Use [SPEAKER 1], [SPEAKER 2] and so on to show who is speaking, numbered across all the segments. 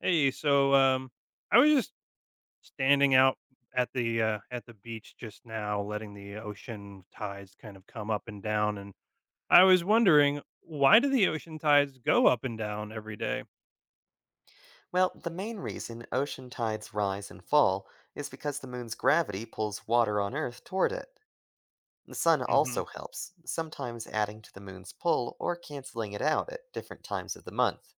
[SPEAKER 1] Hey, I was just standing out at the beach just now, letting the ocean tides kind of come up and down, and I was wondering, why do the ocean tides go up and down every day?
[SPEAKER 2] Well, the main reason ocean tides rise and fall is because the moon's gravity pulls water on Earth toward it. The sun
[SPEAKER 1] Mm-hmm.
[SPEAKER 2] also helps, sometimes adding to the moon's pull or canceling it out at different times of the month.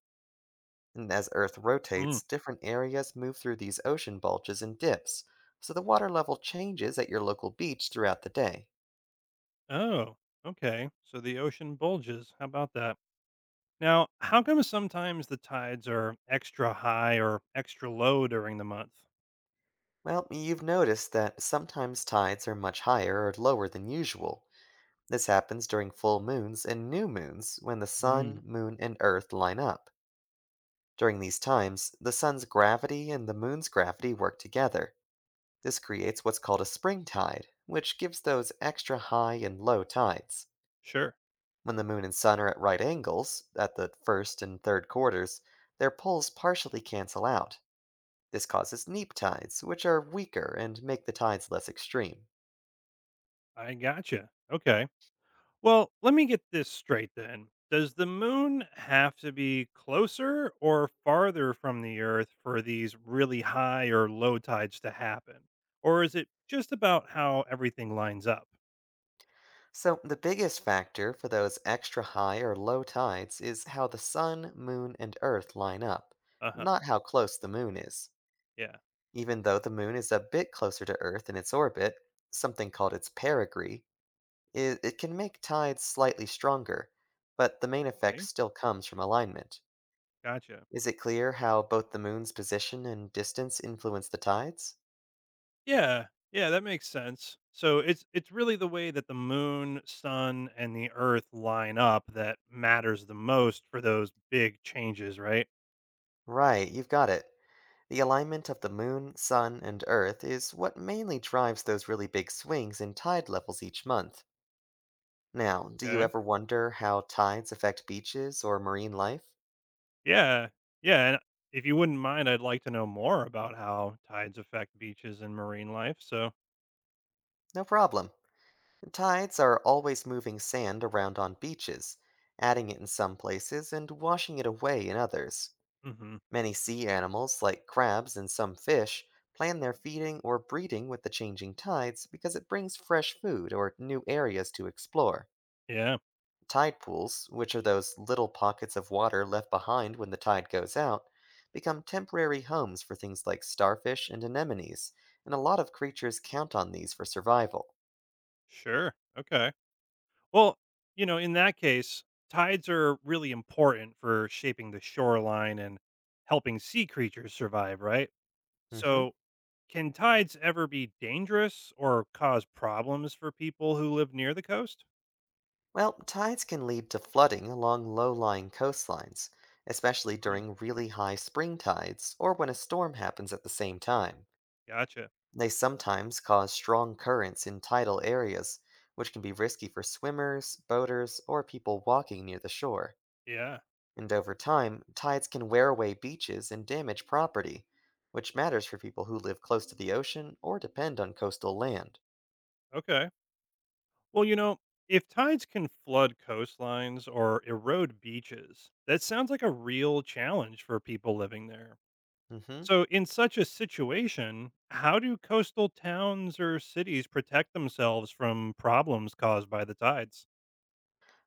[SPEAKER 2] And as Earth
[SPEAKER 1] Mm.
[SPEAKER 2] rotates, different areas move through these ocean bulges and dips, so the water level changes at your local beach throughout the day.
[SPEAKER 1] Oh, okay. So the ocean bulges. How about that? Now, how come sometimes the tides are extra high or extra low during the month?
[SPEAKER 2] Well, you've noticed that sometimes tides are much higher or lower than usual. This happens during full moons and new moons when the sun,
[SPEAKER 1] Mm.
[SPEAKER 2] moon, and earth line up. During these times, the sun's gravity and the moon's gravity work together. This creates what's called a spring tide, which gives those extra high and low tides.
[SPEAKER 1] Sure,
[SPEAKER 2] When the moon and sun are at right angles, at the first and third quarters, their poles partially cancel out. This causes neap tides, which are weaker and make the tides less extreme.
[SPEAKER 1] I gotcha. Okay. Well, let me get this straight then. Does the moon have to be closer or farther from the earth for these really high or low tides to happen? Or is it just about how everything lines up?
[SPEAKER 2] So, the biggest factor for those extra high or low tides is how the sun, moon, and earth line up,
[SPEAKER 1] Uh-huh.
[SPEAKER 2] not how close the moon is.
[SPEAKER 1] Yeah.
[SPEAKER 2] Even though the moon is a bit closer to earth in its orbit, something called its perigee, it can make tides slightly stronger, but the main
[SPEAKER 1] Okay.
[SPEAKER 2] effect still comes from alignment.
[SPEAKER 1] Gotcha.
[SPEAKER 2] Is it clear how both the moon's position and distance influence the tides?
[SPEAKER 1] Yeah. Yeah, that makes sense. So it's really the way that the moon, sun, and the earth line up that matters the most for those big changes, right?
[SPEAKER 2] Right, you've got it. The alignment of the moon, sun, and earth is what mainly drives those really big swings in tide levels each month. Now, do you
[SPEAKER 1] Okay.
[SPEAKER 2] ever wonder how tides affect beaches or marine life?
[SPEAKER 1] Yeah, yeah, and if you wouldn't mind, I'd like to know more about how tides affect beaches and marine life. So,
[SPEAKER 2] No problem. Tides are always moving sand around on beaches, adding it in some places and washing it away in others.
[SPEAKER 1] hmm,
[SPEAKER 2] Many sea animals, like crabs and some fish, plan their feeding or breeding with the changing tides because it brings fresh food or new areas to explore.
[SPEAKER 1] yeah,
[SPEAKER 2] Tide pools, which are those little pockets of water left behind when the tide goes out, become temporary homes for things like starfish and anemones, and a lot of creatures count on these for survival.
[SPEAKER 1] sure. Okay. Well, you know, in that case, tides are really important for shaping the shoreline and helping sea creatures survive, right?
[SPEAKER 2] Hmm.
[SPEAKER 1] So, can tides ever be dangerous or cause problems for people who live near the coast?
[SPEAKER 2] Well, tides can lead to flooding along low lying coastlines, especially
[SPEAKER 1] Mm,
[SPEAKER 2] during really high spring tides or when a storm happens at the same time.
[SPEAKER 1] gotcha.
[SPEAKER 2] They sometimes cause strong currents in tidal areas, which can be risky for swimmers, boaters, or people walking near the shore.
[SPEAKER 1] Yeah.
[SPEAKER 2] And over time, tides can wear away beaches and damage property, which matters for people who live close to the ocean or depend on coastal land.
[SPEAKER 1] Okay. Well, you know, if tides can flood coastlines or erode beaches, that sounds like a real challenge for people living there.
[SPEAKER 2] Hmm.
[SPEAKER 1] So, in such a situation, how do coastal towns or cities protect themselves from problems caused by the tides?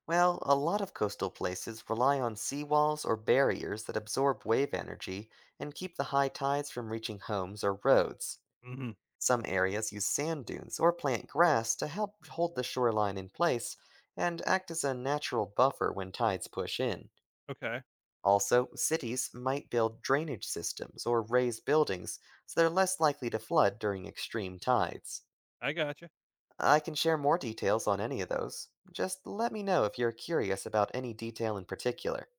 [SPEAKER 2] Well, a lot of coastal places rely on seawalls or barriers that absorb wave energy and keep the high tides from reaching homes or roads.
[SPEAKER 1] Hmm.
[SPEAKER 2] Some areas use sand dunes or plant grass to help hold the shoreline in place and act as a natural buffer when tides push in.
[SPEAKER 1] Okay,
[SPEAKER 2] Also, cities might build drainage systems or raise buildings so they're less likely to flood during extreme tides.
[SPEAKER 1] I gotcha.
[SPEAKER 2] I can share more details on any of those. Just let me know if you're curious about any detail in particular.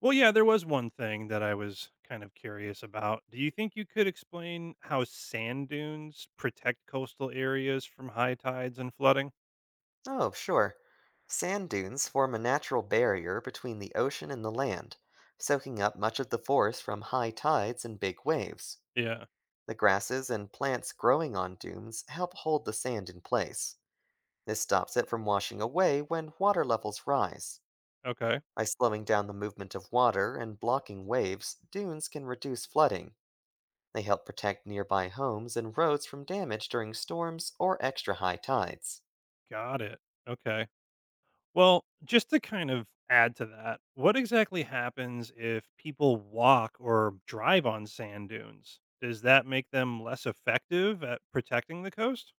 [SPEAKER 1] Well, yeah, there was one thing that I was kind of curious about. Do you think you could explain how sand dunes protect coastal areas from high tides and flooding?
[SPEAKER 2] Oh, sure. Sand dunes form a natural barrier between the ocean and the land, soaking up much of the force from high tides and big waves.
[SPEAKER 1] Yeah,
[SPEAKER 2] The grasses and plants growing on dunes help hold the sand in place. This stops it from washing away when water levels rise.
[SPEAKER 1] okay,
[SPEAKER 2] By slowing down the movement of water and blocking waves, dunes can reduce flooding. They help protect nearby homes and roads from damage during storms or extra high tides.
[SPEAKER 1] got it. Okay. Well, just to kind of add to that, what exactly happens if people walk or drive on sand dunes? Does that make them less effective at protecting the coast?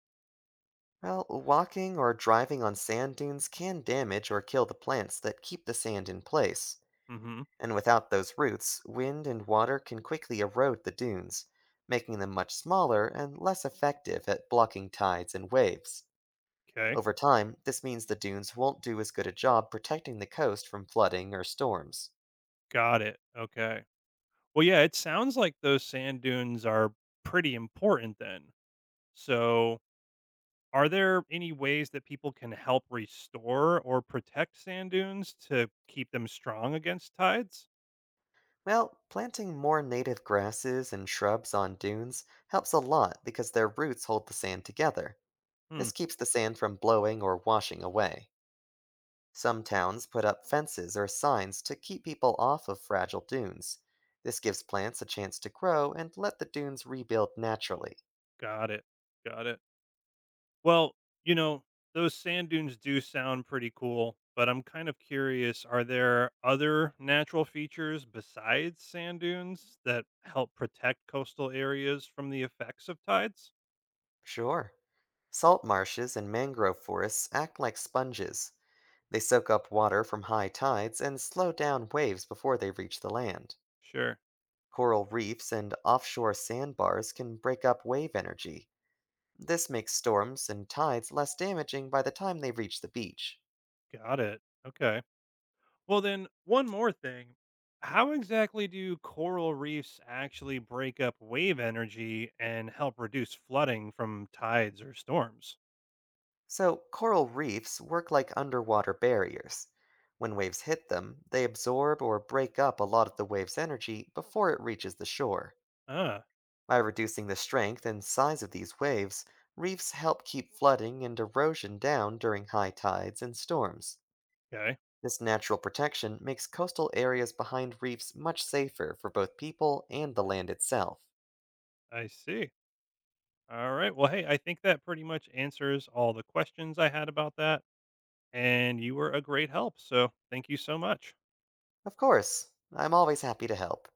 [SPEAKER 2] Well, walking or driving on sand dunes can damage or kill the plants that keep the sand in place,
[SPEAKER 1] Hmm.
[SPEAKER 2] and without those roots, wind and water can quickly erode the dunes, making them much smaller and less effective at blocking tides and waves.
[SPEAKER 1] Okay.
[SPEAKER 2] Over time, this means the dunes won't do as good a job protecting the coast from flooding or storms.
[SPEAKER 1] Got it. Okay. Well, yeah, it sounds like those sand dunes are pretty important then. So, are there any ways that people can help restore or protect sand dunes to keep them strong against tides?
[SPEAKER 2] Well, planting more native grasses and shrubs on dunes helps a lot because their roots hold the sand together.
[SPEAKER 1] Hmm.
[SPEAKER 2] This keeps the sand from blowing or washing away. Some towns put up fences or signs to keep people off of fragile dunes. This gives plants a chance to grow and let the dunes rebuild naturally.
[SPEAKER 1] Got it. Got it. Well, you know, those sand dunes do sound pretty cool, but I'm kind of curious, are there other natural features besides sand dunes that help protect coastal areas from the effects of tides?
[SPEAKER 2] Sure. Salt marshes and mangrove forests act like sponges. They soak up water from high tides and slow down waves before they reach the land.
[SPEAKER 1] Sure.
[SPEAKER 2] Coral reefs and offshore sandbars can break up wave energy. This makes storms and tides less damaging by the time they reach the beach.
[SPEAKER 1] Got it. Okay. Well, then, one more thing. How exactly do coral reefs actually break up wave energy and help reduce flooding from tides or storms?
[SPEAKER 2] So, coral reefs work like underwater barriers. When waves hit them, they absorb or break up a lot of the wave's energy before it reaches the shore.
[SPEAKER 1] Ah,
[SPEAKER 2] By reducing the strength and size of these waves, reefs help keep flooding and erosion down during high tides and storms.
[SPEAKER 1] okay.
[SPEAKER 2] This natural protection makes coastal areas behind reefs much safer for both people and the land itself.
[SPEAKER 1] I see. All right. Well, hey, I think that pretty much answers all the questions I had about that. And you were a great help. So thank you so much.
[SPEAKER 2] Of course, I'm always happy to help.